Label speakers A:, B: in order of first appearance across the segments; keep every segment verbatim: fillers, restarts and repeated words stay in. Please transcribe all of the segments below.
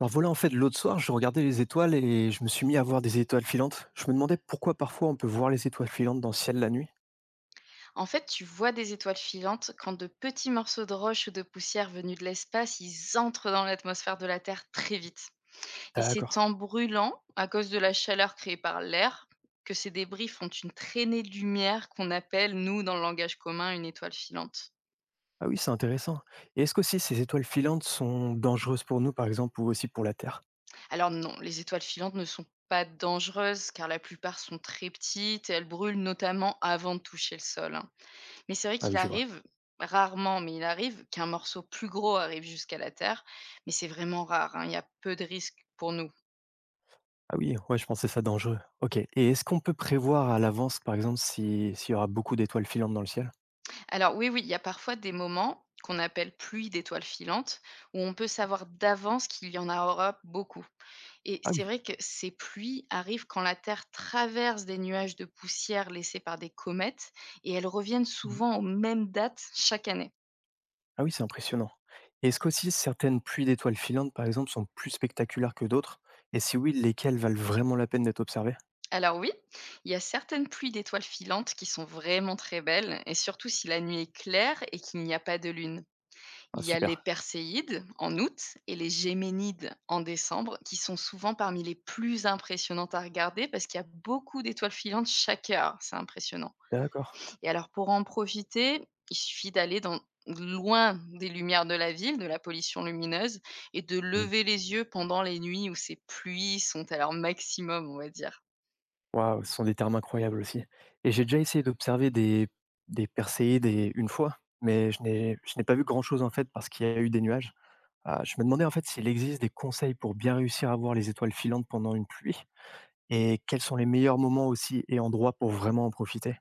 A: Alors voilà, en fait, l'autre soir, je regardais les étoiles et je me suis mis à voir des étoiles filantes. Je me demandais pourquoi parfois on peut voir les étoiles filantes dans le ciel la nuit.
B: En fait, tu vois des étoiles filantes quand de petits morceaux de roche ou de poussière venus de l'espace, ils entrent dans l'atmosphère de la Terre très vite. Et c'est
A: D'accord.
B: en brûlant, à cause de la chaleur créée par l'air, que ces débris font une traînée de lumière qu'on appelle, nous, dans le langage commun, une étoile filante.
A: Ah oui, c'est intéressant. Et est-ce qu'aussi ces étoiles filantes sont dangereuses pour nous, par exemple, ou aussi pour la Terre?
B: Alors non, les étoiles filantes ne sont pas dangereuses car la plupart sont très petites et elles brûlent notamment avant de toucher le sol, hein. Mais c'est vrai
A: Ah oui,
B: qu'il
A: je vois.
B: arrive, rarement, mais il arrive qu'un morceau plus gros arrive jusqu'à la Terre, mais c'est vraiment rare, hein, il y a peu de risques pour nous.
A: Ah oui, ouais, je pensais ça dangereux. Ok. Et est-ce qu'on peut prévoir à l'avance, par exemple, si- s'il y aura beaucoup d'étoiles filantes dans le ciel?
B: Alors oui, oui, il y a parfois des moments qu'on appelle pluie d'étoiles filantes, où on peut
A: Ok.
B: savoir d'avance qu'il y en aura beaucoup. Et
A: Ah
B: c'est
A: oui.
B: vrai que ces pluies arrivent quand la Terre traverse des nuages de poussière laissés par des comètes, et elles reviennent
A: Mhm.
B: souvent aux mêmes dates chaque année.
A: Ah oui, c'est impressionnant. Et est-ce qu'aussi certaines pluies d'étoiles filantes, par exemple, sont plus spectaculaires que d'autres? Et si oui, lesquelles valent vraiment la peine d'être observées?
B: Alors oui, il y a certaines pluies d'étoiles filantes qui sont vraiment très belles, et surtout si la nuit est claire et qu'il n'y a pas de lune.
A: Ah
B: Il y a
A: super.
B: les Perséides en août et les Géménides en décembre, qui sont souvent parmi les plus impressionnantes à regarder parce qu'il y a beaucoup d'étoiles filantes chaque heure. C'est impressionnant.
A: D'accord.
B: Et alors pour en profiter, il suffit d'aller dans loin des lumières de la ville, de la pollution lumineuse, et de
A: Mmh.
B: lever les yeux pendant les nuits où ces pluies sont à leur maximum, on va dire.
A: Waouh, ce sont des termes incroyables aussi, et j'ai déjà essayé d'observer des des perséides, et une fois, mais je n'ai je n'ai pas vu grand-chose, en fait, parce qu'il y a eu des nuages. Heu, je me demandais, en fait, s'il existe des conseils pour bien réussir à voir les étoiles filantes pendant une pluie, et quels sont les meilleurs moments aussi et endroits pour vraiment en profiter?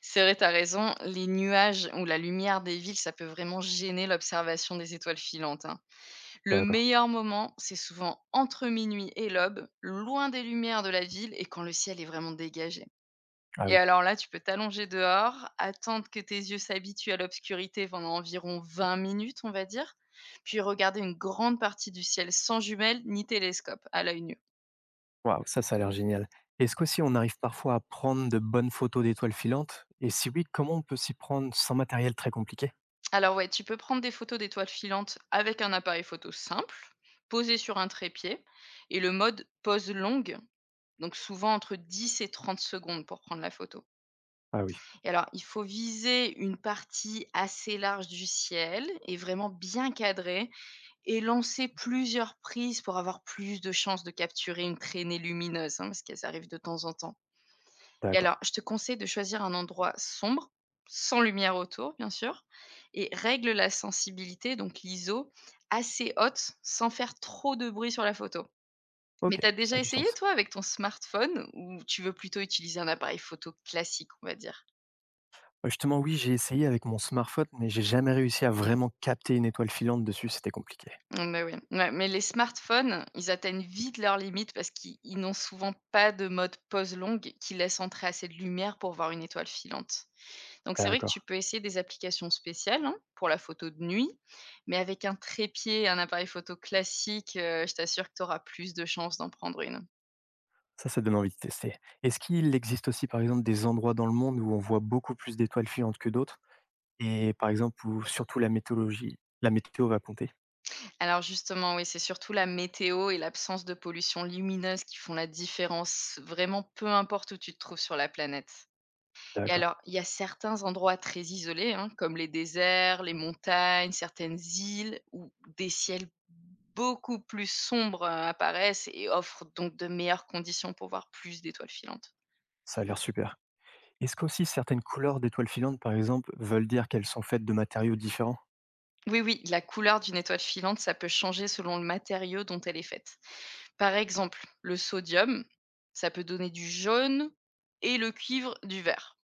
B: C'est vrai, t'as raison, les nuages ou la lumière des villes, ça peut vraiment gêner l'observation des étoiles filantes, hein. Le
A: D'accord.
B: meilleur moment, c'est souvent entre minuit et l'aube, loin des lumières de la ville et quand le ciel est vraiment dégagé.
A: Ah
B: Et
A: oui.
B: alors là, tu peux t'allonger dehors, attendre que tes yeux s'habituent à l'obscurité pendant environ vingt minutes, on va dire, puis regarder une grande partie du ciel sans jumelles ni télescope à l'œil nu.
A: Waouh, ça, ça a l'air génial. Est-ce qu'aussi on arrive parfois à prendre de bonnes photos d'étoiles filantes, et si oui, comment on peut s'y prendre sans matériel très compliqué?
B: Alors ouais, tu peux prendre des photos d'étoiles filantes avec un appareil photo simple, posé sur un trépied, et le mode pose longue, donc souvent entre dix et trente secondes pour prendre la photo.
A: Ah oui,
B: Et alors, il faut viser une partie assez large du ciel et vraiment bien cadrée, et lancer plusieurs prises pour avoir plus de chances de capturer une traînée lumineuse, hein, parce qu'elles arrivent de temps en temps. Et alors,
A: d'accord.
B: je te conseille de choisir un endroit sombre, sans lumière autour, bien sûr, et règle la sensibilité, donc l'I S O, assez haute, sans faire trop de bruit sur la photo. Mais
A: OK,
B: t'as
A: ça
B: déjà
A: a du
B: essayé,
A: sens.
B: toi, avec ton smartphone, ou tu veux plutôt utiliser un appareil photo classique, on va dire?
A: Bah, justement, oui, j'ai essayé avec mon smartphone, mais j'ai jamais réussi à vraiment capter une étoile filante dessus, c'était compliqué.
B: Mmh, bah, oui. Ouais, mais les smartphones, ils atteignent vite leurs limites parce qu'ils ils n'ont souvent pas de mode pose longue qui laisse entrer assez de lumière pour voir une étoile filante. Donc c'est vrai que
A: D'accord.
B: tu peux essayer des applications spéciales, hein, pour la photo de nuit, mais avec un trépied et un appareil photo classique, heu, je t'assure que tu auras plus de chances d'en prendre une.
A: Ça, ça donne envie de tester. Est-ce qu'il existe aussi, par exemple, des endroits dans le monde où on voit beaucoup plus d'étoiles filantes que d'autres? Et par exemple, où surtout la météorologie, la météo va compter?
B: Alors justement, oui, c'est surtout la météo et l'absence de pollution lumineuse qui font la différence, vraiment peu importe où tu te trouves sur la planète. Et
A: D'accord.
B: alors, il y a certains endroits très isolés, hein, comme les déserts, les montagnes, certaines îles, où des ciels beaucoup plus sombres, heu, apparaissent et offrent donc de meilleures conditions pour voir plus d'étoiles filantes.
A: Ça a l'air super. Est-ce qu'aussi certaines couleurs d'étoiles filantes, par exemple, veulent dire qu'elles sont faites de matériaux différents?
B: Oui, oui, la couleur d'une étoile filante, ça peut changer selon le matériau dont elle est faite. Par exemple, le sodium, ça peut donner du jaune et le cuivre, du vert.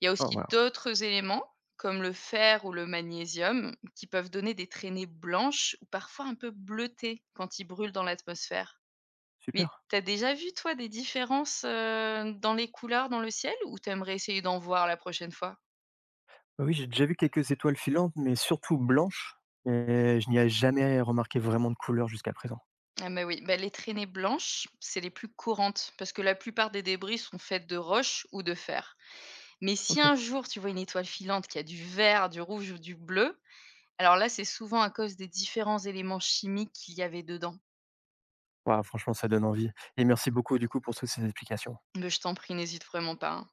B: Il y a
A: Oh,
B: aussi
A: wow.
B: d'autres éléments, comme le fer ou le magnésium, qui peuvent donner des traînées blanches ou parfois un peu bleutées quand ils brûlent dans l'atmosphère.
A: Super.
B: Mais t'as déjà vu, toi, des différences euh, dans les couleurs dans le ciel ou t'aimerais essayer d'en voir la prochaine fois?
A: Bah oui, j'ai déjà vu quelques étoiles filantes, mais surtout blanches. Et je n'y ai jamais remarqué vraiment de couleur jusqu'à présent.
B: Ah bah oui, bah les traînées blanches, c'est les plus courantes, parce que la plupart des débris sont faits de roches ou de fer. Mais si
A: Ok.
B: un jour tu vois une étoile filante qui a du vert, du rouge ou du bleu, alors là c'est souvent à cause des différents éléments chimiques qu'il y avait dedans.
A: Waouh, franchement, ça donne envie, et merci beaucoup, du coup, pour toutes ces explications.
B: Mais je t'en prie, n'hésite vraiment pas, hein.